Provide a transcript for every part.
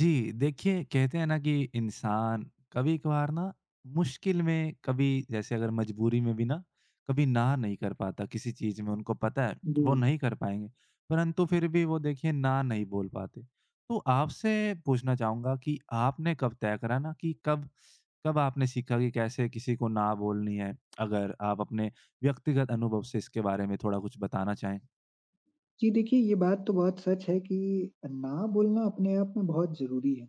जी, देखिए कहते हैं ना कि इंसान कभी-कभार ना मुश्किल में कभी जैसे अगर मजबूरी में भी ना कभी ना नहीं कर पाता किसी चीज़ में उनको पता है जी। वो नहीं कर पाएँगे। परंतु फिर भी वो देखिए ना नहीं बोल पाते। तो आपसे पूछना चाहूँगा कि आपने कब तय करा ना कि कब कब आपने सीखा कि कैसे किसी को ना बोलनी है? अगर आप अपने व्यक्तिगत अनुभव से इसके बारे में थोड़ा कुछ बताना चाहें? जी, देखिए ये बात तो बहुत सच है कि ना बोलना अपने आप में बहुत ज़रूरी है।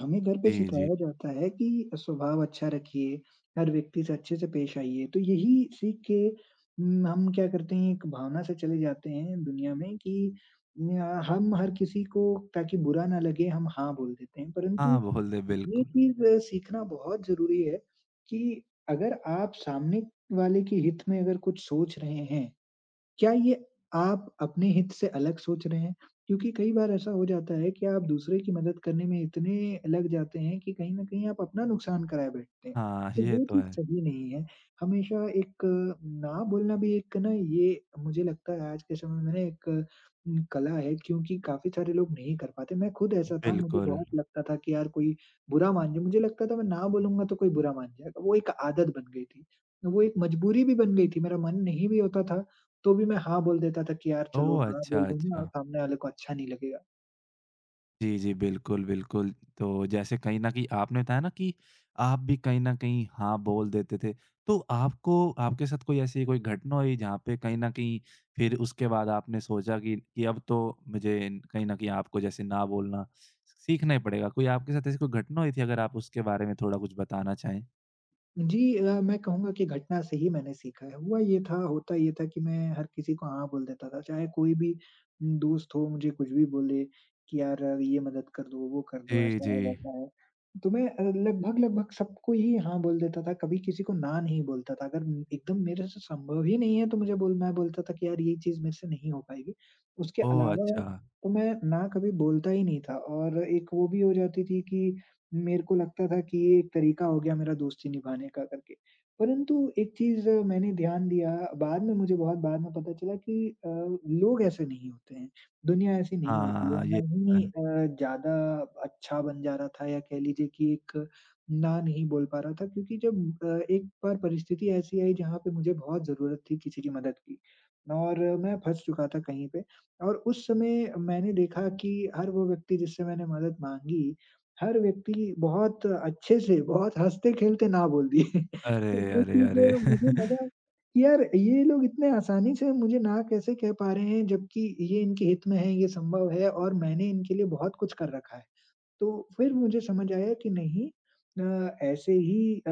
हमें घर पे जी, जी। सिखाया जाता है कि स्वभाव अच्छा रखिए, हर व्यक्ति से अच्छे से पेश आइए। तो यही सीख के हम क्या करते हैं, एक भावना से चले जाते हैं दुनिया में कि न्या हम हर किसी को, ताकि बुरा ना लगे, हम हाँ बोल देते हैं। हाँ, परंतु बोल दे ये बिल्कुल। चीज़ सीखना बहुत ज़रूरी है कि अगर आप सामने वाले के हित में अगर कुछ सोच रहे हैं, क्या ये आप अपने हित से अलग सोच रहे हैं? क्योंकि कई बार ऐसा हो जाता है कि आप दूसरे की मदद करने में इतने लग जाते हैं कि कहीं न कहीं आप अपना नुकसान कराए बैठते हैं। हाँ, तो ये वो तो चीज़ है। सही नहीं है। हमेशा एक ना बोलना भी एक ना, ये मुझे लगता है आज के समय में ना, एक कला है, क्योंकि काफ़ी सारे लोग नहीं कर पाते। मैं खुद ऐसा था, मुझे बिल्कुल। बहुत लगता था कि यार कोई बुरा मान जाए। मुझे लगता था मैं ना बोलूँगा तो कोई बुरा मान जाएगा। वो एक आदत बन गई थी। वो एक मजबूरी भी बन गई थी, मेरा मन नहीं भी होता था तो भी मैं हाँ बोल देता था कि यार चलो ओह, ना अच्छा, बोल दूँगा, अच्छा। सामने वाले को अच्छा नहीं लगेगा। जी, जी, बिल्कुल, बिल्कुल। तो जैसे कहीं न कहीं आपने बताया ना कि आप भी कहीं न कहीं हाँ बोल देते थे। तो आपको आपके साथ कोई ऐसी कोई घटना हुई जहाँ पे कहीं न कहीं फिर उसके बाद आपने सोचा कि अब तो मुझे कहीं न कहीं आपको जैसे ना बोलना सीखना ही पड़ेगा। कोई आपके साथ ऐसी कोई घटना हुई थी अगर आप उसके बारे में थोड़ा कुछ बताना चाहें? जी मैं कहूँगा कि घटना से ही मैंने सीखा है। हुआ ये था, होता ये था कि मैं हर किसी को हाँ बोल देता था, चाहे कोई भी दोस्त हो, मुझे कुछ भी बोले कि यार ये मदद कर दो, वो कर दो, जी, ऐसा जी। है, वैसा है। तो मैं लगभग, लगभग सबको ही हाँ बोल देता था, कभी किसी को ना नहीं बोलता था। अगर एकदम मेरे से संभव ही नहीं है तो मुझे बोल, मैं बोलता था कि यार ये चीज़ मेरे से नहीं हो पाएगी। उसके ओह, अलावा अच्छा। तो मैं ना कभी बोलता ही नहीं था। और एक वो भी हो जाती थी कि मेरे को लगता था कि ये एक तरीका हो गया मेरा दोस्ती निभाने का करके। परंतु एक चीज़ मैंने ध्यान दिया, बाद में मुझे, बहुत बाद में पता चला कि लोग ऐसे नहीं होते हैं, दुनिया ऐसी नहीं होती है। हाँ, ये मैं तो ही है। ज़्यादा अच्छा बन जा रहा था, या कह लीजिए कि एक ना नहीं बोल पा रहा था। क्योंकि जब एक बार परिस्थिति ऐसी आई जहाँ पे मुझे बहुत ज़रूरत थी किसी की मदद की और मैं फँस चुका था कहीं पे, और उस समय मैंने देखा कि हर वो व्यक्ति जिससे मैंने मदद माँगी, हर व्यक्ति बहुत अच्छे से, बहुत हँसते-खेलते ना बोल दिए। अरे, तो वो अरे, चीज़, अरे! मुझे लगा कि यार ये लोग इतने आसानी से मुझे ना कैसे कह पा रहे हैं, जबकि ये इनके हित में है, ये संभव है और मैंने इनके लिए बहुत कुछ कर रखा है। तो फिर मुझे समझ आया कि नहीं, ऐसे ही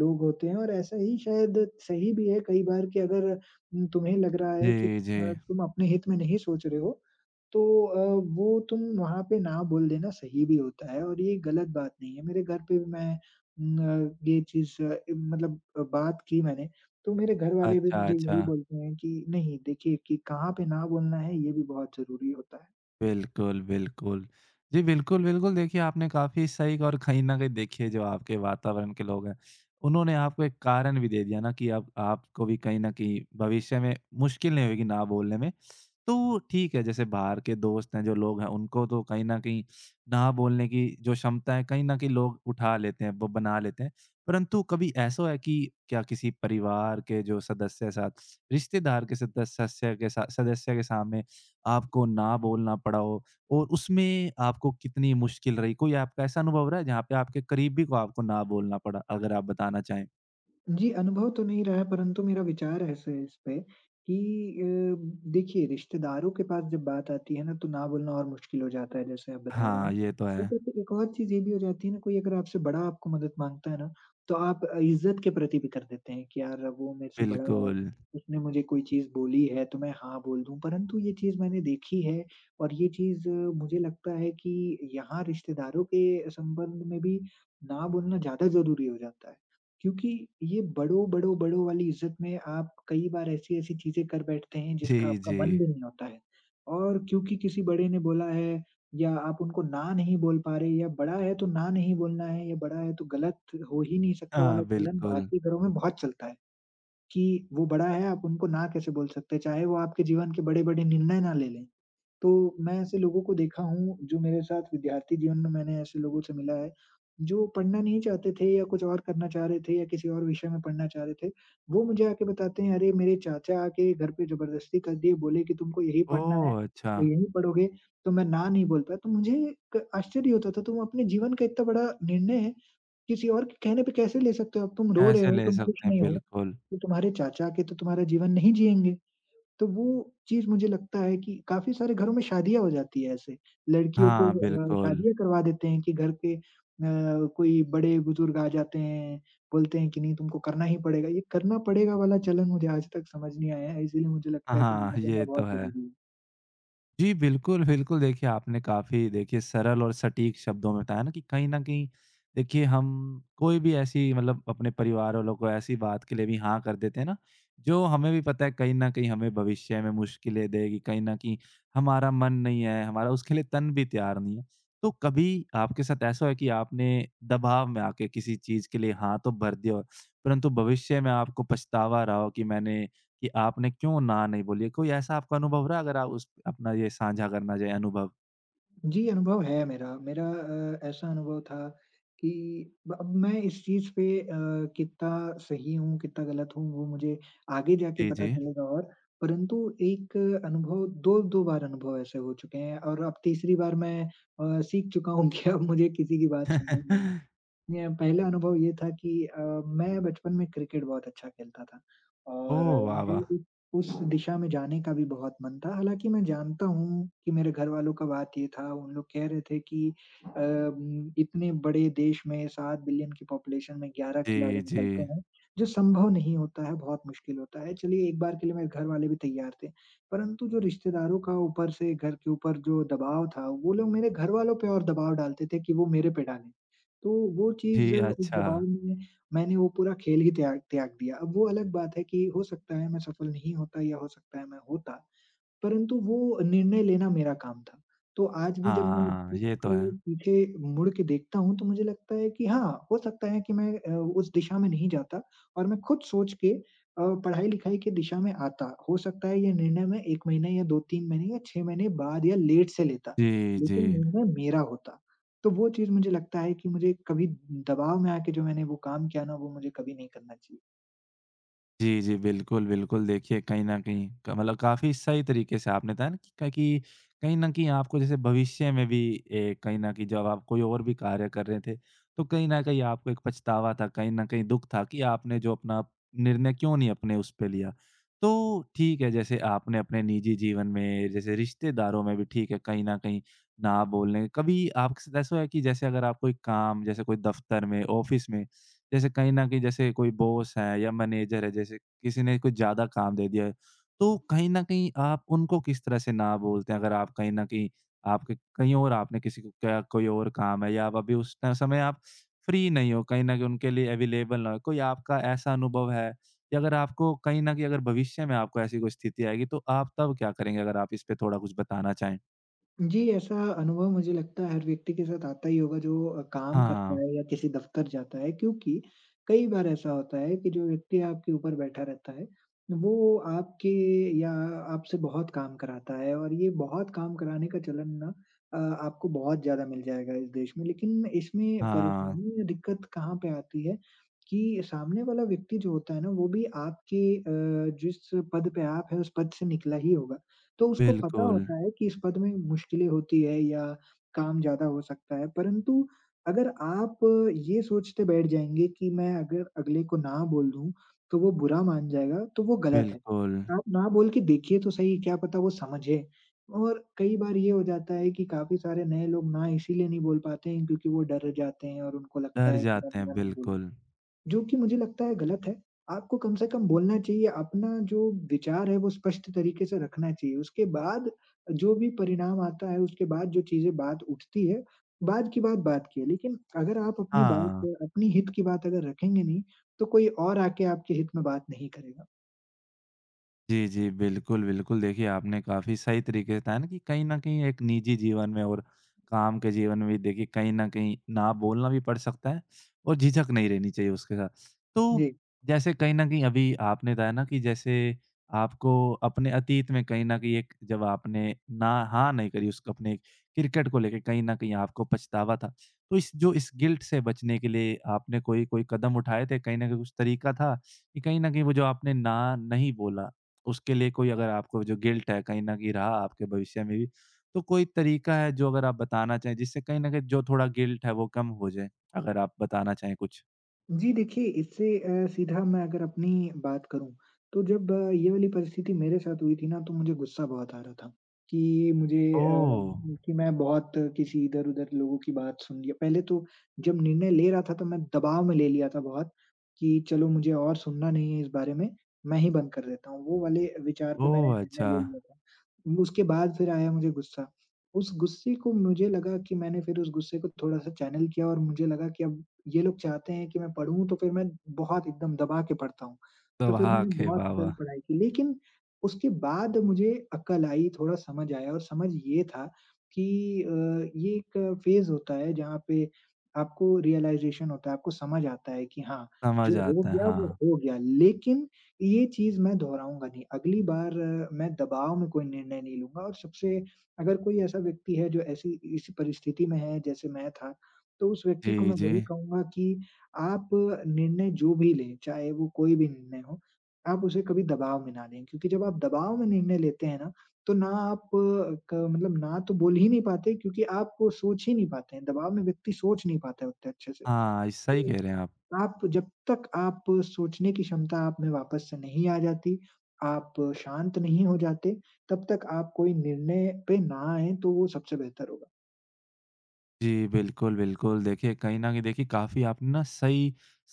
लोग होते हैं और ऐसा ही शायद सही भी है कई बार, कि अगर तुम्हें लग रहा है कि जी, जी। तुम अपने हित में नहीं सोच रहे हो, तो वो तुम वहाँ पे ना बोल देना सही भी होता है, और ये गलत बात नहीं है। मेरे घर पे भी मैं न, ये चीज़, मतलब बात की मैंने, तो मेरे घर वाले भी अच्छा, मुझे अच्छा। यही बोलते हैं कि नहीं, देखिए कि कहाँ पे ना बोलना है, ये भी बहुत ज़रूरी होता है। बिल्कुल, बिल्कुल। जी, बिल्कुल, बिल्कुल। देखिए, आपने काफ़ी सही कहा, और कहीं न कहीं देखिए जो आपके वातावरण के लोग हैं, उन्होंने आपको एक कारण भी दे दिया ना कि अब आपको भी कहीं न कहीं भविष्य में मुश्किल नहीं होगी ना बोलने में। तो ठीक है, जैसे बाहर के दोस्त हैं, जो लोग हैं, उनको तो कहीं न कहीं ना बोलने की जो क्षमता है, कहीं न कहीं लोग उठा लेते हैं, वो बना लेते हैं। परंतु कभी ऐसा है कि क्या किसी परिवार के जो सदस्य साथ, रिश्तेदार के सदस्य सदस्य के सा सदस्य के सामने आपको ना बोलना पड़ा हो और उसमें आपको कितनी मुश्किल रही? कोई आपका ऐसा अनुभव रहा है जहाँ पे आपके करीबी को आपको ना बोलना पड़ा? अगर आप बताना चाहें। जी, अनुभव तो नहीं रहा है, परंतु मेरा विचार ऐसे है इस पे कि अ, देखिए, रिश्तेदारों के पास जब बात आती है ना, तो ना बोलना और मुश्किल हो जाता है, जैसे आप बता रहे हाँ, हैं। ये तो है। ऊपर से एक और चीज़ ये भी हो जाती है ना, कोई अगर आपसे बड़ा आपको मदद माँगता है ना, तो आप इज़्ज़त के प्रति भी कर देते हैं कि यार वो मेरे से बड़ा है, बिल्कुल। उसने मुझे कोई चीज़ बोली है तो मैं हाँ बोल दूँ। परंतु ये चीज़ मैंने देखी है, और ये चीज़ मुझे लगता है कि यहाँ रिश्तेदारों के संबंध में भी ना बोलना ज़्यादा ज़रूरी हो जाता है। क्योंकि ये बड़ों, बड़ों, बड़ों वाली इज़्ज़त में आप कई बार ऐसी-ऐसी चीज़ें कर बैठते हैं जिसका जी, आपका जी। मन भी नहीं होता है। और क्योंकि किसी बड़े ने बोला है, या आप उनको ना नहीं बोल पा रहे, या बड़ा है तो ना नहीं बोलना है, या बड़ा है तो गलत हो ही नहीं सकता, हाँ, वाला चलन बिल्कुल। भारतीय घरों में बहुत चलता है, कि वो बड़ा है, आप उनको ना कैसे बोल सकते हैं, चाहे वो आपके जीवन के बड़े-बड़े निर्णय ना ले लें। तो मैं ऐसे लोगों को देखा हूँ जो मेरे साथ, विद्यार्थी जीवन में मैंने ऐसे लोगों से मिला है, जो पढ़ना नहीं चाहते थे, या कुछ और करना चाह रहे थे, या किसी और विषय में पढ़ना चाह रहे थे। वो मुझे आके बताते हैं, "अरे! मेरे चाचा आके घर पे ज़बरदस्ती कर दिए, बोले कि तुमको यही पढ़ना है, ओह, अच्छा। तो यही पढ़ोगे।" तो मैं ना नहीं बोल पाया। तो मुझे क आश्चर्य होता था, तुम अपने जीवन का इतना बड़ा निर्णय है, किसी और के कहने पे कैसे ले सकते हो? अब तुम रो रहे कैसे हो, ले तुम खुश सकते हैं? नहीं हो, बिल्कुल। तो तुम्हारे चाचा आके तो तुम्हारा जीवन नहीं जिएँगे। तो वो चीज़ मुझे लगता है कि काफ़ी सारे घरों में शादियाँ हो जाती है ऐसे। लड़कियों को हाँ, बिल्कुल। शादियाँ करवा देते हैं कि घर के कोई बड़े-बुजुर्ग आ जाते हैं, बोलते हैं कि नहीं, तुमको करना ही पड़ेगा। ये करना पड़ेगा वाला चलन मुझे आज तक समझ नहीं आया है, इसीलिए मुझे लगता है कि हाँ, निर्णय ये लेना तो बहुत है। ज़रूरी है। जी, बिल्कुल, बिल्कुल। देखिए, आपने काफ़ी देखिए सरल और सटीक शब्दों में बताया ना कि कहीं न कहीं देखिए हम कोई भी ऐसी मतलब अपने परिवार वालों को ऐसी बात के लिए भी हाँ कर देते हैं ना, जो हमें भी पता है कहीं न कहीं हमें भविष्य में मुश्किलें देगी, कहीं न कहीं हमारा मन नहीं है, हमारा उसके लिए तन भी तैयार नहीं है। तो कभी आपके साथ ऐसा हुआ कि आपने दबाव में आके किसी चीज़ के लिए हाँ तो भर दिया हो, परंतु भविष्य में आपको पछतावा रहा हो कि आपने क्यों ना नहीं बोली है? कोई ऐसा आपका अनुभव रहा अगर आप उस अपना ये साझा करना चाहें अनुभव? जी, अनुभव है मेरा। मेरा ऐसा अनुभव था कि ब अब मैं इस चीज़ पे कितना सही हूँ, कितना गलत हूँ, वो मुझे आगे जाके जी, पता जी। चलेगा। और परंतु एक अनुभव, 2-2 बार अनुभव ऐसे हो चुके हैं, और अब तीसरी बार मैं सीख चुका हूँ कि अब मुझे किसी की बात सुननी नहीं है। मेरा पहला अनुभव ये था कि मैं बचपन में क्रिकेट बहुत अच्छा खेलता था, और ओह, वाह, मुझे वाह! उस दिशा में जाने का भी बहुत मन था। हालाँकि मैं जानता हूँ कि मेरे घरवालों का बात ये था, उन लोग कह रहे थे कि इतने बड़े देश में 7 बिलियन की पॉपुलेशन में 11 खिलाड़ी जी, जी। निकलते हैं, जो संभव नहीं होता है, बहुत मुश्किल होता है। चलिए एक बार के लिए मेरे घरवाले भी तैयार थे, परंतु जो रिश्तेदारों का ऊपर से, घर के ऊपर जो दबाव था, वो लोग मेरे घरवालों पे और दबाव डालते थे कि वो मेरे पे डालें। तो वो जी, चीज़, उस अच्छा। दबाव में मैंने वो पूरा खेल ही त्याग त्याग दिया। अब वो अलग बात है कि हो सकता है मैं सफल नहीं होता, या हो सकता है मैं होता, परंतु वो निर्णय लेना मेरा काम था। तो आज भी जब मैं उस हाँ, चीज़ ये तो है। को पीछे मुड़ के देखता हूँ, तो मुझे लगता है कि हाँ, हो सकता है कि मैं उस दिशा में नहीं जाता, और मैं खुद सोच के पढ़ाई-लिखाई की दिशा में आता। हो सकता है ये निर्णय मैं 1 महीने या 2-3 महीने या 6 महीने बाद या लेट से लेता, जी, जी। लेकिन निर्णय मेरा होता। तो वो चीज़ मुझे लगता है कि मुझे कभी दबाव में आके जो मैंने वो काम किया ना, वो मुझे कभी नहीं करना चाहिए। जी, जी। बिल्कुल, बिल्कुल। देखिए कहीं न कहीं क मतलब काफ़ी सही तरीके से आपने बताया ना कि कहीं न कहीं आपको जैसे भविष्य में भी कहीं न कहीं जब आप कोई और भी कार्य कर रहे थे, तो कहीं न कहीं आपको एक पछतावा था, कहीं न कहीं दुःख था कि आपने जो अपना निर्णय क्यों नहीं अपने उस पे लिया। तो ठीक है, जैसे आपने अपने निजी जीवन में, जैसे रिश्तेदारों में भी ठीक है, कहीं न कहीं ना बोलने कभी आपके साथ ऐसा हुआ है कि जैसे अगर आप कोई काम जैसे कोई दफ़्तर में, ऑफ़िस में जैसे कहीं न कहीं जैसे कोई बॉस है या मैनेजर है, जैसे किसी ने कुछ ज़्यादा काम दे दिया है, तो कहीं न कहीं आप उनको किस तरह से ना बोलते हैं? अगर आप कहीं न कहीं आपके कहीं और आपने किसी को क्या कोई और काम है या आप अभी उस ट समय आप फ्री नहीं हो, कहीं न कहीं उनके लिए अवेलेबल ना हो, कोई आपका ऐसा अनुभव है या अगर आपको कहीं न कहीं अगर भविष्य में आपको ऐसी कोई स्थिति आएगी, तो आप तब क्या करेंगे? अगर आप इस पे थोड़ा कुछ बताना चाहें। जी, ऐसा अनुभव मुझे लगता है हर व्यक्ति के साथ आता ही होगा जो काम हाँ, करता है या किसी दफ़्तर जाता है, क्योंकि कई बार ऐसा होता है कि जो व्यक्ति आपके ऊपर बैठा रहता है, वो आपके, या आपसे बहुत काम कराता है, और ये बहुत काम कराने का चलन ना, अ, आपको बहुत ज़्यादा मिल जाएगा इस देश में। लेकिन इसमें हाँ, परेशानी या दिक्कत कहाँ पे आती है कि सामने वाला व्यक्ति जो होता है ना, वो भी आपके जिस पद पे आप हैं, उस पद से निकला ही होगा। तो उसको पता बिल्कुल, होता है कि इस पद में मुश्किलें होती है या काम ज़्यादा हो सकता है, परंतु अगर आप ये सोचते बैठ जाएँगे कि मैं अगर अगले को ना बोल दूँ, तो वो बुरा मान जाएगा, तो वो गलत है। बिल्कुल। आप ना बोल के देखिए तो सही, क्या पता वो समझे। और कई बार ये हो जाता है कि काफ़ी सारे नए लोग ना इसीलिए नहीं बोल पाते हैं, क्योंकि वो डर जाते हैं और उनको लगता डर है कि मैं जाते हैं, ना नहीं बोलूँ। बिल्कुल। जो कि मुझे लगता है गलत है। आपको कम से कम बोलना चाहिए, अपना जो विचार है वो स्पष्ट तरीके से रखना चाहिए। उसके बाद जो भी परिणाम आता है, उसके बाद जो चीज़ें, बात उठती है, बाद की बात, बात की है। लेकिन अगर आप अपनी हाँ। बात, अपनी हित की बात अगर रखेंगे नहीं, तो कोई और आके आपके हित में बात नहीं करेगा। जी, जी। बिल्कुल, बिल्कुल। देखिए, आपने काफ़ी सही तरीके से बताया ना कि कहीं न कहीं एक निजी जीवन में और काम के जीवन में भी देखिए कहीं न कहीं ना बोलना भी पड़ सकता है और झिझक नहीं रहनी चाहिए उसके साथ। तो जी। जैसे कहीं न कहीं अभी आपने बताया ना कि जैसे आपको अपने अतीत में कहीं न कहीं एक जब आपने ना हाँ नहीं करी उसको अपने क्रिकेट को लेके कहीं न कहीं आपको पछतावा था। तो इस जो इस गिल्ट से बचने के लिए आपने कोई कोई कदम उठाए थे? कहीं न कहीं कुछ तरीका था कि कहीं न कहीं वो जो आपने ना नहीं बोला उसके लिए कोई अगर आपको जो गिल्ट है कहीं न कहीं रहा आपके भविष्य में भी, तो कोई तरीका है जो अगर आप बताना चाहें जिससे कहीं न कहीं जो थोड़ा गिल्ट है वो कम हो जाए? अगर आप बताना चाहें कुछ? जी देखिए, इससे सीधा मैं अगर अपनी बात करूँ, तो जब ये वाली परिस्थिति मेरे साथ हुई थी ना, तो मुझे गुस्सा बहुत आ रहा था कि मुझे ओह! कि मैं बहुत किसी इधर-उधर लोगों की बात सुन लिया। पहले तो जब निर्णय ले रहा था, तो मैं दबाव में ले लिया था बहुत कि चलो, मुझे और सुनना नहीं है इस बारे में, मैं ही बंद कर देता हूँ। वो वाले विचार पे मैंने ओह, निर्णय अच्छा, ले लिया था। उसके बाद फिर आया मुझे गुस्सा। उस गुस्से को मुझे लगा कि मैंने फिर उस गुस्से को थोड़ा-सा चैनल किया और मुझे लगा कि अब ये लोग चाहते हैं कि मैं पढ़ूँ, तो फिर मैं बहुत एकदम दबा के पढ़ता हूँ। तो फिर मैंने सौभाग्य बहुत वाह, वाह! वाह, पढ़ाई की, लेकिन उसके बाद मुझे अक्ल आई, थोड़ा समझ आया और समझ ये था कि ये एक फ़ेज़ होता है जहाँ पे आपको रियलाइज़ेशन होता है, आपको समझ आता है कि हाँ, जो समझ हो आता है, गया वो हाँ। हो गया, लेकिन ये चीज़ मैं दोहराऊँगा नहीं। अगली बार मैं दबाव में कोई निर्णय नहीं लूँगा। और सबसे, अगर कोई ऐसा व्यक्ति है जो ऐसी इस परिस्थिति में है जैसे मैं था, तो उस व्यक्ति को जी, मैं जी। वही कहूँगा कि आप निर्णय जो भी लें, चाहे वो कोई भी निर्णय हो, आप उसे कभी दबाव में ना लें। क्योंकि जब आप दबाव में निर्णय लेते हैं ना, तो ना आप अ, क मतलब ना तो बोल ही नहीं पाते क्योंकि आप वो सोच ही नहीं पाते हैं। दबाव में व्यक्ति सोच नहीं पाता है उतने अच्छे से। हाँ, सही तो कह रहे हैं आप। आप, जब तक आप सोचने की क्षमता आप में वापस से नहीं आ जाती, आप शांत नहीं हो जाते, तब तक आप कोई निर्णय पे ना आएँ, तो वो सबसे बेहतर होगा। जी, बिल्कुल, बिल्कुल। देखिए, कहीं न कहीं देखिए काफ़ी आपने ना सही,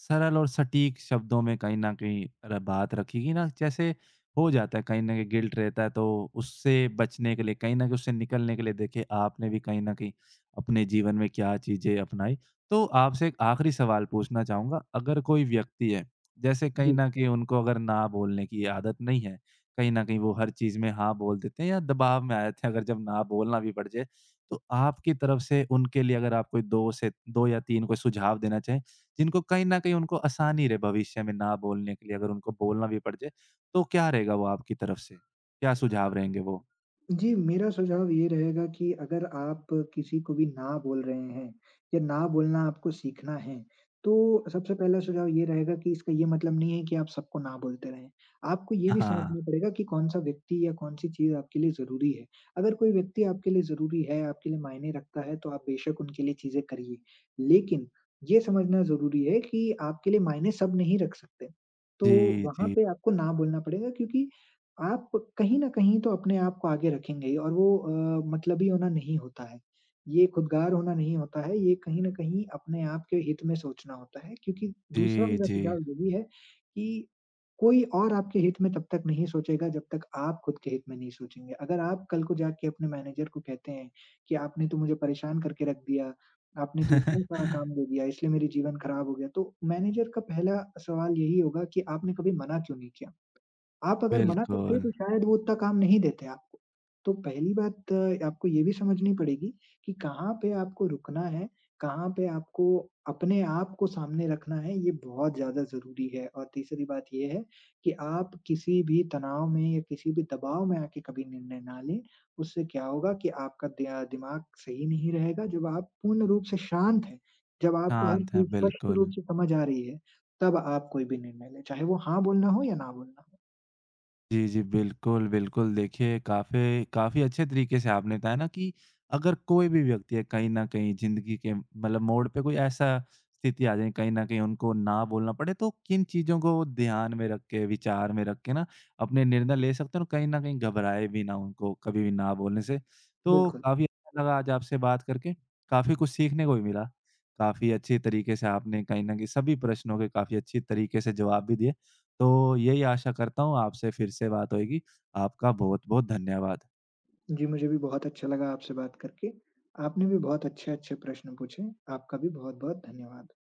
सरल और सटीक शब्दों में कहीं न कहीं र बात रखी कि ना जैसे हो जाता है कहीं न कहीं गिल्ट रहता है, तो उससे बचने के लिए कहीं न कहीं उससे निकलने के लिए देखिए आपने भी कहीं न कहीं अपने जीवन में क्या चीज़ें अपनाई। तो आपसे एक आखिरी सवाल पूछना चाहूँगा, अगर कोई व्यक्ति है, जैसे कहीं जी। न कहीं उनको अगर ना बोलने की आदत नहीं है, कहीं न कहीं वो हर चीज़ में हाँ बोल देते हैं या दबाव में आ जाते हैं अगर जब ना बोलना भी पड़ जाए, तो आपकी तरफ से उनके लिए अगर आप कोई 2 या 3 कोई सुझाव देना चाहें, जिनको कहीं न कहीं उनको आसानी रहे भविष्य में ना बोलने के लिए अगर उनको बोलना भी पड़ जाए, तो क्या रहेगा वो आपकी तरफ से? क्या सुझाव रहेंगे वो? जी, मेरा सुझाव ये रहेगा कि अगर आप किसी को भी ना बोल रहे हैं या ना बोलना आपको सीखना है, तो सबसे पहला सुझाव ये रहेगा कि इसका ये मतलब नहीं है कि आप सबको ना बोलते रहें। आपको ये भी हाँ। समझना पड़ेगा कि कौन-सा व्यक्ति या कौन-सी चीज़ आपके लिए ज़रूरी है। अगर कोई व्यक्ति आपके लिए ज़रूरी है, आपके लिए मायने रखता है, तो आप बेशक उनके लिए चीज़ें करिए। लेकिन ये समझना ज़रूरी है कि आपके लिए मायने सब नहीं रख सकते। तो जी, वहाँ जी। पे आपको ना बोलना पड़ेगा क्योंकि आप कहीं न कहीं तो अपने आप को आगे रखेंगे ही। और वो मतलबी होना नहीं होता है। ये खुदगार होना नहीं होता है, ये कहीं न कहीं अपने आप के हित में सोचना होता है क्योंकि दूसरा जी, मेरा जी। सुझाव यही है कि कोई और आपके हित में तब तक नहीं सोचेगा जब तक आप खुद के हित में नहीं सोचेंगे। अगर आप कल को जाके अपने मैनेजर को कहते हैं कि आपने तो मुझे परेशान करके रख दिया, आपने तो इतना सारा काम दे दिया, इसलिए मेरी जीवन खराब हो गया, तो मैनेजर का पहला सवाल यही होगा कि आपने कभी मना क्यों नहीं किया? आप अगर मना करते बिल्कुल। तो शायद वो उतना काम नहीं देते आपको। तो पहली बात आपको ये भी समझनी पड़ेगी कि कहाँ पे आपको रुकना है, कहाँ पे आपको अपने आप को सामने रखना है, ये बहुत ज़्यादा ज़रूरी है। और तीसरी बात ये है कि आप किसी भी तनाव में या किसी भी दबाव में आके कभी निर्णय ना लें। उससे क्या होगा कि आपका दिया दिमाग सही नहीं रहेगा। जब आप पूर्ण रूप से शांत हैं, जब आपको हर शांत हैं, चीज़ स्पष्ट बिल्कुल। रूप से समझ आ रही है, तब आप कोई भी निर्णय लें, चाहे वो हाँ बोलना हो या ना बोलना हो। जी, जी। बिल्कुल, बिल्कुल। देखिए काफ़ी काफ़ी अच्छे तरीके से आपने बताया ना कि अगर कोई भी व्यक्ति है कहीं न कहीं ज़िंदगी के मतलब मोड़ पे कोई ऐसा स्थिति आ जाए कहीं न कहीं उनको ना बोलना पड़े तो किन चीज़ों को ध्यान में रख के, विचार में रख के ना अपने निर्णय ले सकते हैं और कहीं न कहीं घबराए भी ना उनको कभी भी ना बोलने से। तो बिल्कुल। काफ़ी अच्छा लगा आज आपसे बात करके, काफ़ी कुछ सीखने को भी मिला। काफ़ी अच्छे तरीके से आपने कहीं न कहीं सभी प्रश्नों के काफ़ी अच्छी तरीके से जवाब भी दिए। तो यही आशा करता हूँ आपसे फिर से बात होएगी। आपका बहुत-बहुत धन्यवाद। जी, मुझे भी बहुत अच्छा लगा आपसे बात करके। आपने भी बहुत अच्छे-अच्छे प्रश्न पूछे। आपका भी बहुत-बहुत धन्यवाद।